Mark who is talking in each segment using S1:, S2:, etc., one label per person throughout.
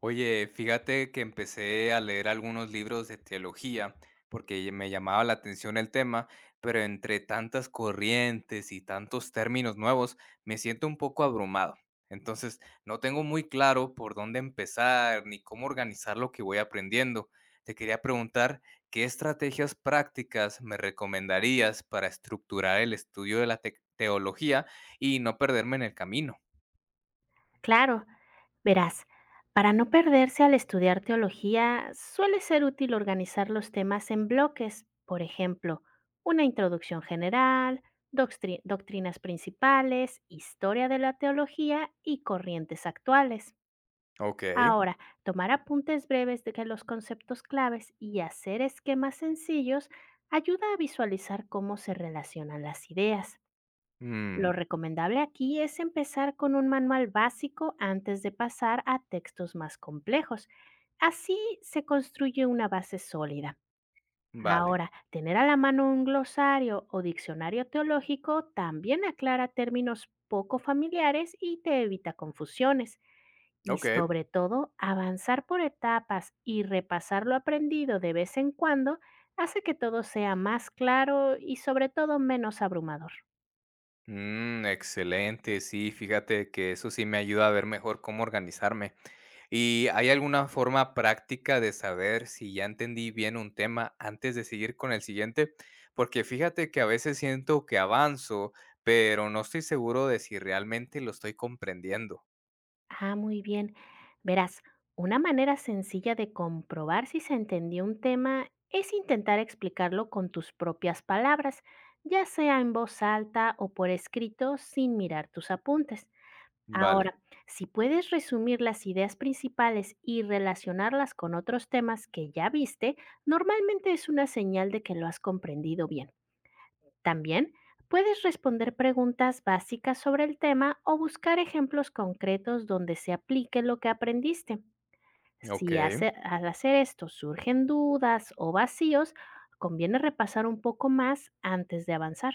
S1: Oye, fíjate que empecé a leer algunos libros de teología porque me llamaba la atención el tema, pero entre tantas corrientes y tantos términos nuevos me siento un poco abrumado. Entonces, no tengo muy claro por dónde empezar ni cómo organizar lo que voy aprendiendo. Te quería preguntar, ¿qué estrategias prácticas me recomendarías para estructurar el estudio de la teología y no perderme en el camino?
S2: Claro, verás, para no perderse al estudiar teología, suele ser útil organizar los temas en bloques, por ejemplo, una introducción general, doctrinas principales, historia de la teología y corrientes actuales.
S1: Ok,
S2: Ahora, tomar apuntes breves de que los conceptos claves y hacer esquemas sencillos ayuda a visualizar cómo se relacionan las ideas.
S1: mm,
S2: Lo recomendable aquí es empezar con un manual básico antes de pasar a textos más complejos. Así se construye una base sólida.
S1: vale,
S2: Ahora, tener a la mano un glosario o diccionario teológico también aclara términos poco familiares y te evita confusiones. Y
S1: ok.
S2: sobre todo, avanzar por etapas y repasar lo aprendido de vez en cuando hace que todo sea más claro y sobre todo menos abrumador.
S1: Mm, excelente, sí, fíjate que eso sí me ayuda a ver mejor cómo organizarme. ¿Y hay alguna forma práctica de saber si ya entendí bien un tema antes de seguir con el siguiente? Porque fíjate que a veces siento que avanzo, pero no estoy seguro de si realmente lo estoy comprendiendo.
S2: Ah, muy bien. Verás, una manera sencilla de comprobar si se entendió un tema es intentar explicarlo con tus propias palabras, ya sea en voz alta o por escrito sin mirar tus apuntes.
S1: Vale,
S2: Ahora, si puedes resumir las ideas principales y relacionarlas con otros temas que ya viste, normalmente es una señal de que lo has comprendido bien. También puedes responder preguntas básicas sobre el tema o buscar ejemplos concretos donde se aplique lo que aprendiste.
S1: ok.
S2: Si hace- al hacer esto surgen dudas o vacíos, conviene repasar un poco más antes de avanzar.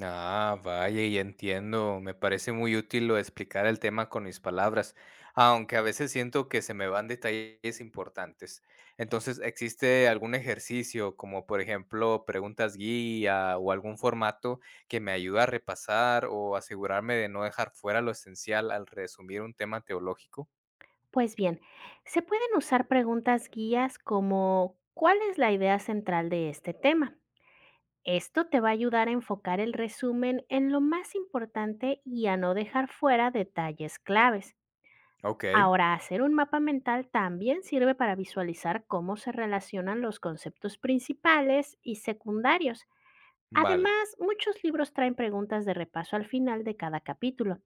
S1: Ah, vaya, y entiendo. Me parece muy útil lo de explicar el tema con mis palabras, aunque a veces siento que se me van detalles importantes. Entonces, ¿existe algún ejercicio, como por ejemplo preguntas guía o algún formato que me ayude a repasar o asegurarme de no dejar fuera lo esencial al resumir un tema teológico?
S2: Pues bien, se pueden usar preguntas guías como ¿cuál es la idea central de este tema? Esto te va a ayudar a enfocar el resumen en lo más importante y a no dejar fuera detalles claves.
S1: Ok,
S2: Ahora, hacer un mapa mental también sirve para visualizar cómo se relacionan los conceptos principales y secundarios.
S1: vale.
S2: Además, muchos libros traen preguntas de repaso al final de cada capítulo.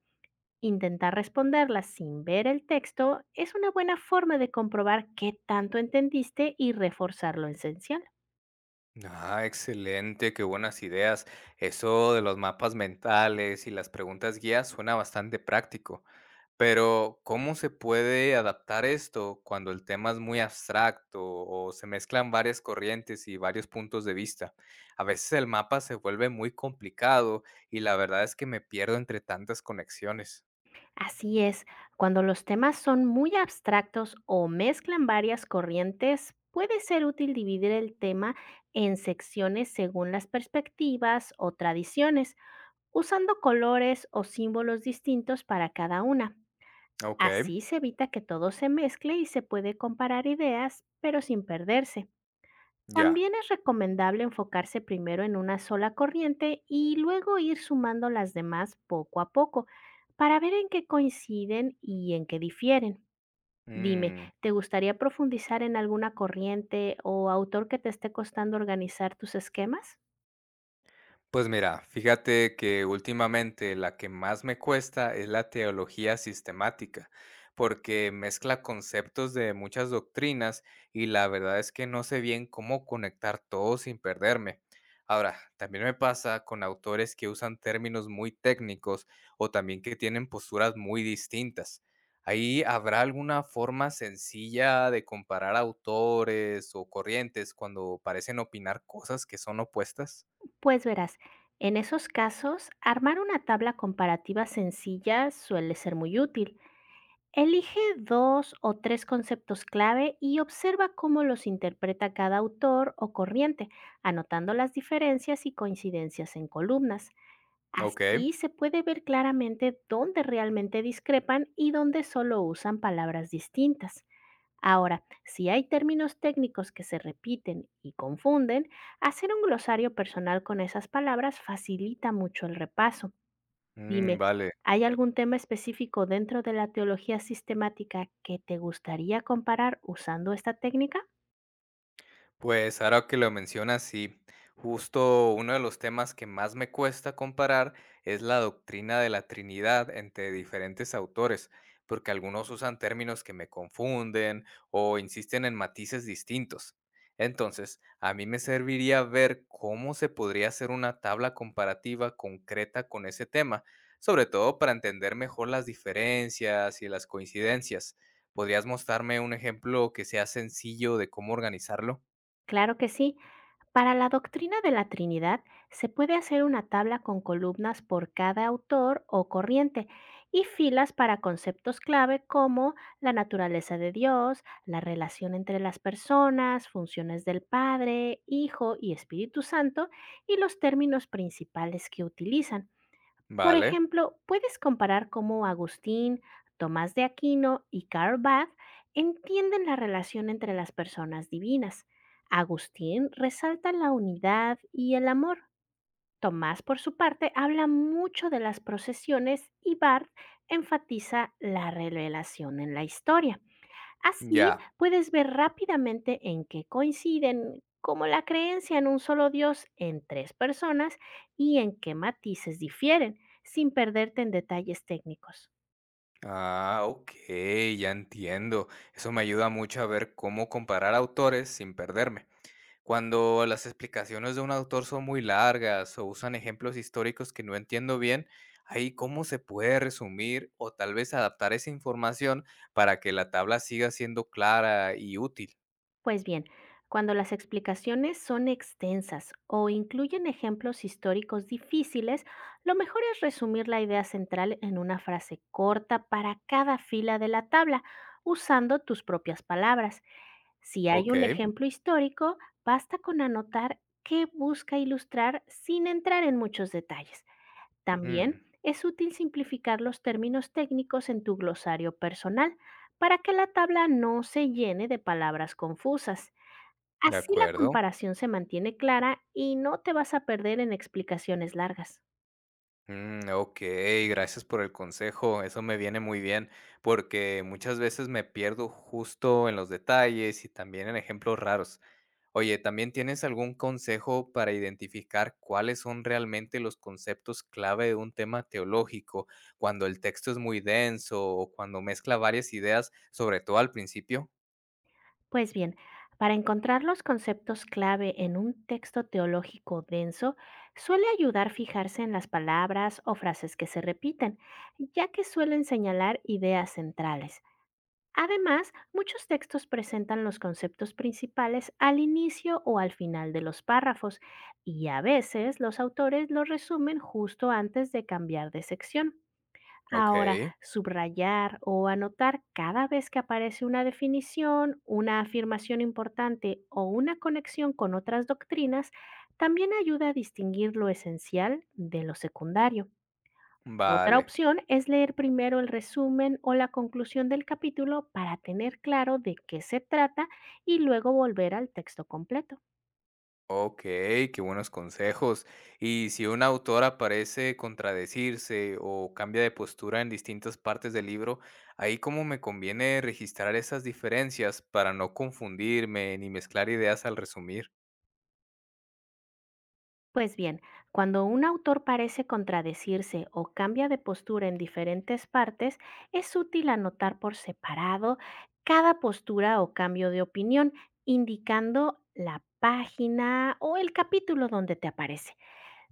S2: Intentar responderlas sin ver el texto es una buena forma de comprobar qué tanto entendiste y reforzar lo esencial.
S1: Ah, excelente, qué buenas ideas. Eso de los mapas mentales y las preguntas guías suena bastante práctico. Pero, ¿cómo se puede adaptar esto cuando el tema es muy abstracto o se mezclan varias corrientes y varios puntos de vista? A veces el mapa se vuelve muy complicado y la verdad es que me pierdo entre tantas conexiones.
S2: Así es, cuando los temas son muy abstractos o mezclan varias corrientes, puede ser útil dividir el tema en secciones según las perspectivas o tradiciones, usando colores o símbolos distintos para cada una.
S1: Ok,
S2: Así se evita que todo se mezcle y se puede comparar ideas, pero sin perderse.
S1: ya.
S2: También es recomendable enfocarse primero en una sola corriente y luego ir sumando las demás poco a poco para ver en qué coinciden y en qué difieren. Dime,
S1: Mm,
S2: ¿te gustaría profundizar en alguna corriente o autor que te esté costando organizar tus esquemas?
S1: pues mira, fíjate que últimamente la que más me cuesta es la teología sistemática, porque mezcla conceptos de muchas doctrinas y la verdad es que no sé bien cómo conectar todo sin perderme. Ahora, también me pasa con autores que usan términos muy técnicos o también que tienen posturas muy distintas. ¿Ahí habrá alguna forma sencilla de comparar autores o corrientes cuando parecen opinar cosas que son opuestas?
S2: Pues verás, en esos casos, armar una tabla comparativa sencilla suele ser muy útil. Elige dos o tres conceptos clave y observa cómo los interpreta cada autor o corriente, anotando las diferencias y coincidencias en columnas.
S1: Ok.
S2: Así se puede ver claramente dónde realmente discrepan y dónde solo usan palabras distintas. Ahora, si hay términos técnicos que se repiten y confunden, hacer un glosario personal con esas palabras facilita mucho el repaso.
S1: Mm,
S2: Dime,
S1: vale,
S2: ¿hay algún tema específico dentro de la teología sistemática que te gustaría comparar usando esta técnica?
S1: pues ahora que lo mencionas, sí, justo uno de los temas que más me cuesta comparar es la doctrina de la Trinidad entre diferentes autores, porque algunos usan términos que me confunden o insisten en matices distintos. Entonces, a mí me serviría ver cómo se podría hacer una tabla comparativa concreta con ese tema, sobre todo para entender mejor las diferencias y las coincidencias. ¿Podrías mostrarme un ejemplo que sea sencillo de cómo organizarlo?
S2: Claro que sí. Para la doctrina de la Trinidad, se puede hacer una tabla con columnas por cada autor o corriente y filas para conceptos clave como la naturaleza de Dios, la relación entre las personas, funciones del Padre, Hijo y Espíritu Santo y los términos principales que utilizan. Por
S1: Vale,
S2: ejemplo, puedes comparar cómo Agustín, Tomás de Aquino y Karl Barth entienden la relación entre las personas divinas. Agustín resalta la unidad y el amor. Tomás, por su parte, habla mucho de las procesiones y Barth enfatiza la revelación en la historia. Así
S1: ya.
S2: puedes ver rápidamente en qué coinciden, como la creencia en un solo Dios en tres personas, y en qué matices difieren, sin perderte en detalles técnicos.
S1: Ah, ok, ya entiendo. Eso me ayuda mucho a ver cómo comparar autores sin perderme. Cuando las explicaciones de un autor son muy largas o usan ejemplos históricos que no entiendo bien, ahí cómo se puede resumir o tal vez adaptar esa información para que la tabla siga siendo clara y útil.
S2: Pues bien, cuando las explicaciones son extensas o incluyen ejemplos históricos difíciles, lo mejor es resumir la idea central en una frase corta para cada fila de la tabla, usando tus propias palabras. Si hay
S1: Ok,
S2: un ejemplo histórico, basta con anotar qué busca ilustrar sin entrar en muchos detalles.
S1: mm,
S2: También es útil simplificar los términos técnicos en tu glosario personal para que la tabla no se llene de palabras confusas.
S1: de
S2: Así la
S1: acuerdo.
S2: comparación se mantiene clara y no te vas a perder en explicaciones largas.
S1: Mm, ok, gracias por el consejo, eso me viene muy bien, porque muchas veces me pierdo justo en los detalles y también en ejemplos raros. Oye, ¿también tienes algún consejo para identificar cuáles son realmente los conceptos clave de un tema teológico, cuando el texto es muy denso o cuando mezcla varias ideas, sobre todo al principio?
S2: Pues bien, para encontrar los conceptos clave en un texto teológico denso, suele ayudar fijarse en las palabras o frases que se repiten, ya que suelen señalar ideas centrales. Además, muchos textos presentan los conceptos principales al inicio o al final de los párrafos, y a veces los autores los resumen justo antes de cambiar de sección.
S1: Ok,
S2: Ahora, subrayar o anotar cada vez que aparece una definición, una afirmación importante o una conexión con otras doctrinas también ayuda a distinguir lo esencial de lo secundario. Otra
S1: vale.
S2: opción es leer primero el resumen o la conclusión del capítulo para tener claro de qué se trata y luego volver al texto completo.
S1: Ok, qué buenos consejos. Y si un autor aparece contradecirse o cambia de postura en distintas partes del libro, ahí cómo me conviene registrar esas diferencias para no confundirme ni mezclar ideas al resumir.
S2: Pues bien, cuando un autor parece contradecirse o cambia de postura en diferentes partes, es útil anotar por separado cada postura o cambio de opinión, indicando la página o el capítulo donde te aparece.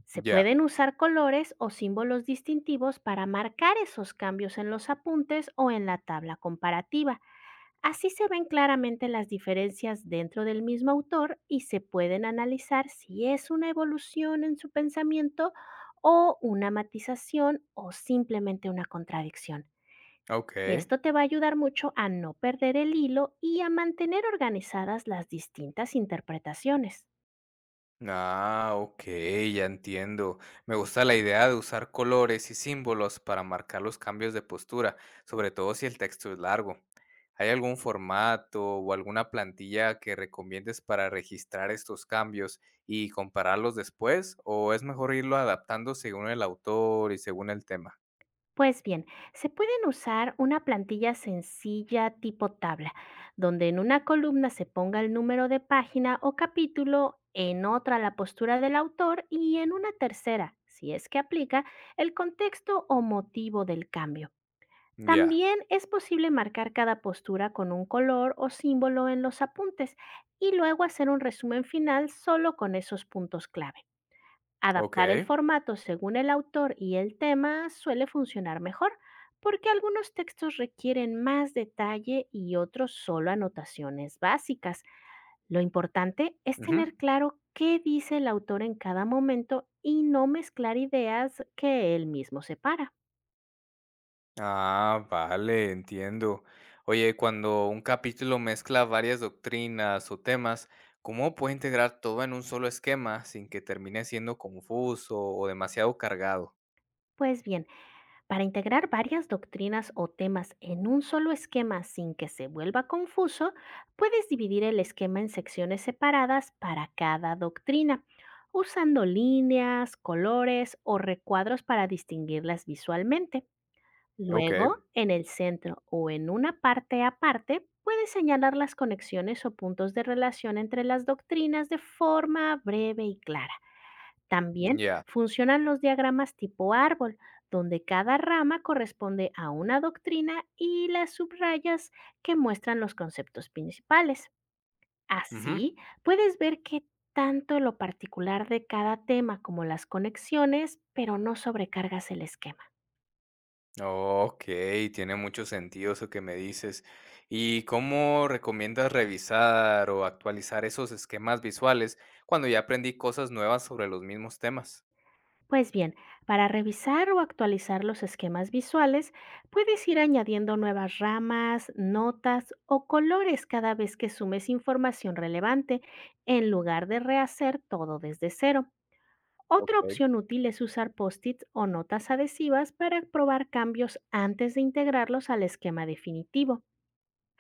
S2: Se
S1: Ya,
S2: pueden usar colores o símbolos distintivos para marcar esos cambios en los apuntes o en la tabla comparativa. Así se ven claramente las diferencias dentro del mismo autor y se pueden analizar si es una evolución en su pensamiento o una matización o simplemente una contradicción.
S1: ok.
S2: Esto te va a ayudar mucho a no perder el hilo y a mantener organizadas las distintas interpretaciones.
S1: Ah, ok, ya entiendo. Me gusta la idea de usar colores y símbolos para marcar los cambios de postura, sobre todo si el texto es largo. ¿Hay algún formato o alguna plantilla que recomiendes para registrar estos cambios y compararlos después? ¿O es mejor irlo adaptando según el autor y según el tema?
S2: Pues bien, se pueden usar una plantilla sencilla tipo tabla, donde en una columna se ponga el número de página o capítulo, en otra la postura del autor y en una tercera, si es que aplica, el contexto o motivo del cambio.
S1: Ya,
S2: También es posible marcar cada postura con un color o símbolo en los apuntes y luego hacer un resumen final solo con esos puntos clave.
S1: ok.
S2: Adaptar el formato según el autor y el tema suele funcionar mejor, porque algunos textos requieren más detalle y otros solo anotaciones básicas. Lo importante es
S1: Ujú.
S2: tener claro qué dice el autor en cada momento y no mezclar ideas que él mismo separa.
S1: Ah, vale, entiendo. Oye, cuando un capítulo mezcla varias doctrinas o temas, ¿cómo puede integrar todo en un solo esquema sin que termine siendo confuso o demasiado cargado?
S2: Pues bien, para integrar varias doctrinas o temas en un solo esquema sin que se vuelva confuso, puedes dividir el esquema en secciones separadas para cada doctrina, usando líneas, colores o recuadros para distinguirlas visualmente.
S1: Ok,
S2: Luego, en el centro o en una parte aparte, puedes señalar las conexiones o puntos de relación entre las doctrinas de forma breve y clara. También
S1: ya.
S2: funcionan los diagramas tipo árbol, donde cada rama corresponde a una doctrina y las subrayas que muestran los conceptos principales.
S1: Ujú.
S2: Así, puedes ver que tanto lo particular de cada tema como las conexiones, pero no sobrecargas el esquema.
S1: Ok, tiene mucho sentido eso que me dices. ¿Y cómo recomiendas revisar o actualizar esos esquemas visuales cuando ya aprendí cosas nuevas sobre los mismos temas?
S2: Pues bien, para revisar o actualizar los esquemas visuales, puedes ir añadiendo nuevas ramas, notas o colores cada vez que sumes información relevante, en lugar de rehacer todo desde cero. Otra
S1: Ok,
S2: opción útil es usar post-its o notas adhesivas para probar cambios antes de integrarlos al esquema definitivo.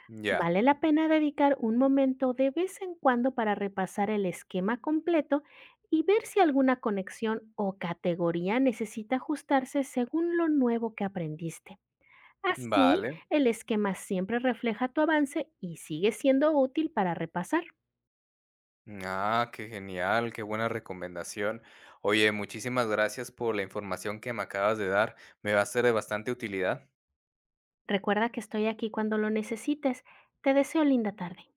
S1: ya.
S2: Vale la pena dedicar un momento de vez en cuando para repasar el esquema completo y ver si alguna conexión o categoría necesita ajustarse según lo nuevo que aprendiste. Así,
S1: Vale.
S2: el esquema siempre refleja tu avance y sigue siendo útil para repasar.
S1: Ah, qué genial, qué buena recomendación. Oye, muchísimas gracias por la información que me acabas de dar. Me va a ser de bastante utilidad.
S2: Recuerda que estoy aquí cuando lo necesites. Te deseo linda tarde.